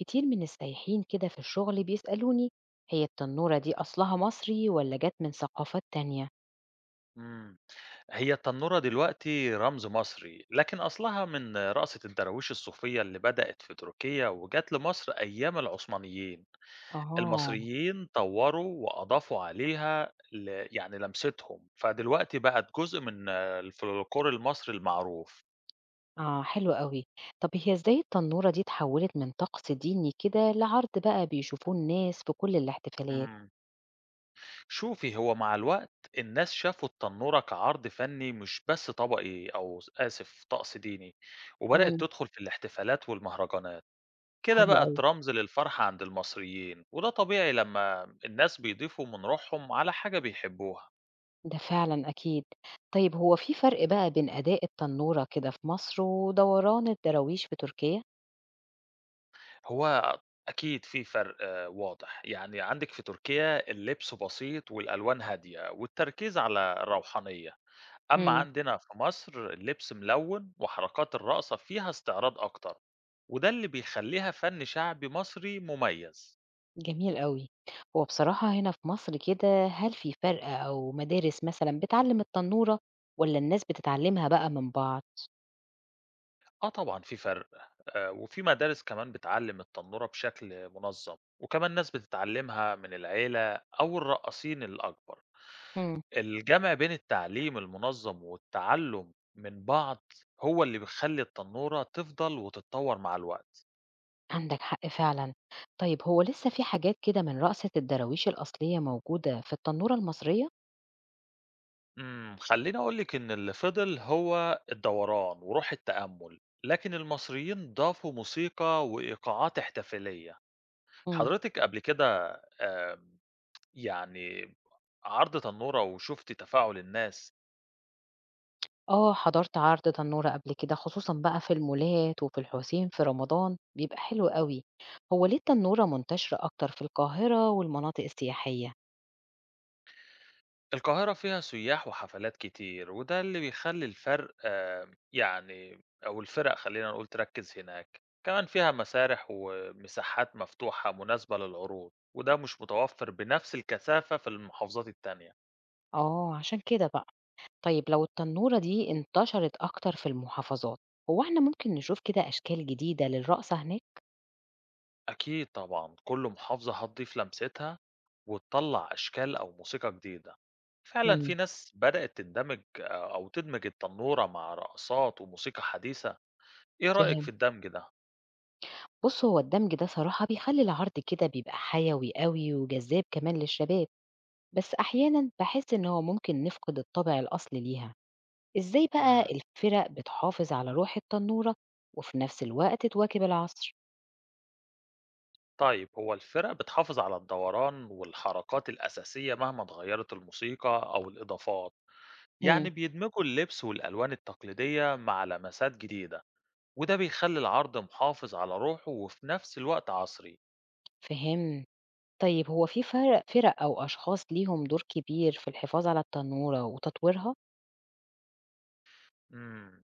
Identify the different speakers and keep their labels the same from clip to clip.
Speaker 1: كتير من السايحين كده في الشغل بيسألوني هي التنورة دي أصلها مصري ولا جت من ثقافات تانية؟
Speaker 2: إمم. هي التنورة دلوقتي رمز مصري، لكن أصلها من رقصة الدراويش الصوفية اللي بدأت في تركيا وجات لمصر أيام العثمانيين.
Speaker 1: أها
Speaker 2: المصريين طوروا وأضافوا عليها ل يعني لمستهم، فدلوقتي بقت جزء من الفولكلور المصري المعروف.
Speaker 1: آه حلو قوي. طب هي إزاي التنورة دي اتحولت من طقس ديني كده لعرض بقى بيشوفوه الناس في كل الاحتفالات؟
Speaker 2: إمم. شوفي، هو مع الوقت الناس شافوا التنورة كعرض فني مش بس طبقي أو س آسف، طقس ديني، وبدأت
Speaker 1: مم.
Speaker 2: تدخل في الاحتفالات والمهرجانات. كده
Speaker 1: حلو قوي
Speaker 2: بقت رمز للفرحة عند المصريين وده طبيعي لما الناس بيضيفوا من روحهم على حاجة بيحبوها.
Speaker 1: ده فعلا أكيد. طيب هو في فرق بقى بين أداء التنورة كده في مصر ودوران الدراويش في تركيا؟
Speaker 2: هو أكيد في فرق آه، واضح يعني عندك في تركيا اللبس بسيط والألوان هادية والتركيز على الروحانية، أما عندنا في مصر اللبس ملون وحركات الرقصة فيها استعراض أكتر، وده اللي بيخليها فن شعبي مصري مميز.
Speaker 1: جميل أوي. هو بصراحة هنا في مصر كده، هل في فرق أو مدارس مثلًا بتعلّم التنورة والّا الناس بتتعلّمها بقى من بعض؟
Speaker 2: آه طبعًا في فرق، وفي مدارس كمان بتعلّم التنورة بشكل منظم، وكمان ناس بتتعلّمها من العيلة أو الرقّاصين الأكبر.
Speaker 1: إمم.
Speaker 2: الجمع بين التعليم المنظم والتعلُّم من بعض هو اللي بيخلّي التنورة تفضل وتتطوّر مع الوقت.
Speaker 1: عندك حق فعلًا. طيب هو لسه في حاجات كده من رقصة الدراويش الأصلية موجودة في التنورة المصرية؟
Speaker 2: إمم، خلّيني أقول لِك إن اللي فضل هو الدوران وروح التأمُّل، لكن المصريين ضافوا موسيقى وإيقاعات احتفالية.
Speaker 1: إمم.
Speaker 2: حضرتِك قبل كده آآ يعني عرض تنورة وشفت تفاعل الناس.
Speaker 1: آه، حضرت عرض تنورة قبل كده خصوصًا بقى في المولات وفي الحسين في رمضان، بيبقى حلو أوي. هو ليه التنورة منتشرة أكتر في القاهرة والمناطق السياحية؟
Speaker 2: القاهرة فيها سياح وحفلات كتير وده اللي بيخلي الفرق آه، يعني أو الفرق خلينا نقول تركز هناك، كمان فيها مسارح ومساحات مفتوحة مناسبة للعروض وده مش متوفر بنفس الكثافة في المحافظات التانية.
Speaker 1: آه، عشان كده بقى. طيب لو التنورة دي انتشرت أكتر في المحافظات هو احنا ممكن نشوف كده أشكال جديدة للرقصة هناك؟
Speaker 2: أكيد طبعا كل محافظة هتضيف لمستها وتطلع أشكال أو موسيقى جديدة. فعلا في
Speaker 1: امم.
Speaker 2: ناس بدأت تندمج آه، أو تدمج التنورة مع رقصات وموسيقى حديثة. إيه رأيك في
Speaker 1: فهم.
Speaker 2: الدمج ده؟
Speaker 1: بص هو الدمج ده صراحة بيخلي العرض كده بيبقى حيوي قوي وجذاب كمان للشباب، بس أحيانا بحس إن هو ممكن نفقد الطابع الأصلي ليها. إزاي بقى
Speaker 2: إمم،
Speaker 1: الفرق بتحافظ على روح التنورة وفي نفس الوقت تواكب العصر؟
Speaker 2: طيب هو الفرق بتحافظ على الدوران والحركات الأساسية مهما اتغيّرت الموسيقى أو الإضافات،
Speaker 1: امم.
Speaker 2: يعني بيدمجوا اللبس والألوان التقليدية مع لمسات جديدة، وده بيخلّي العرض محافظ على روحه وفي نفس الوقت عصري.
Speaker 1: فهم. طيب هو في فرق أو أشخاص ليهم دور كبير في الحفاظ على التنورة وتطويرها؟
Speaker 2: إمم،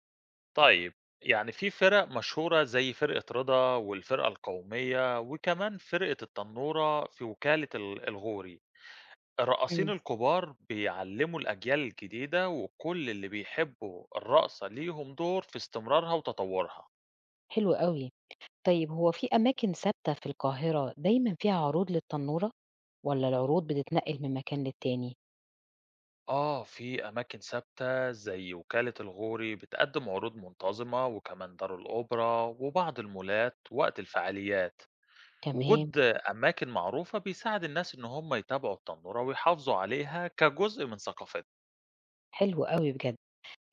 Speaker 2: طيب يعني في فرق مشهورة زي فرقة رضا والفرقة القومية وكمان فرقة التنورة في وكالة الغوري. الرقاصين
Speaker 1: امم.
Speaker 2: الكبار بيعلموا الأجيال الجديدة وكل اللي بيحبوا الرقصة ليهم دور في استمرارها وتطورها.
Speaker 1: حلو قوي. طيب هو في أماكن ثابتة في القاهرة دايمًا فيها عروض للتنورة، والّا العروض بتتنقل من مكان للتاني؟
Speaker 2: آه في أماكن ثابتة زي وكالة الغوري بتقدم عروض منتظمة وكمان دار الأوبرا وبعض المولات وقت الفعاليات.
Speaker 1: تمام،
Speaker 2: وجود أماكن معروفة بيساعد الناس إن هم يتابعوا التنورة ويحافظوا عليها كجزء من ثقافتهم.
Speaker 1: حلو أوي بجد،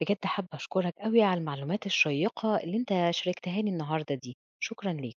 Speaker 1: بجد حابة أشكرك أوي على المعلومات الشيقة اللي أنت شاركتها لي النهارده دي، شكرًا ليك.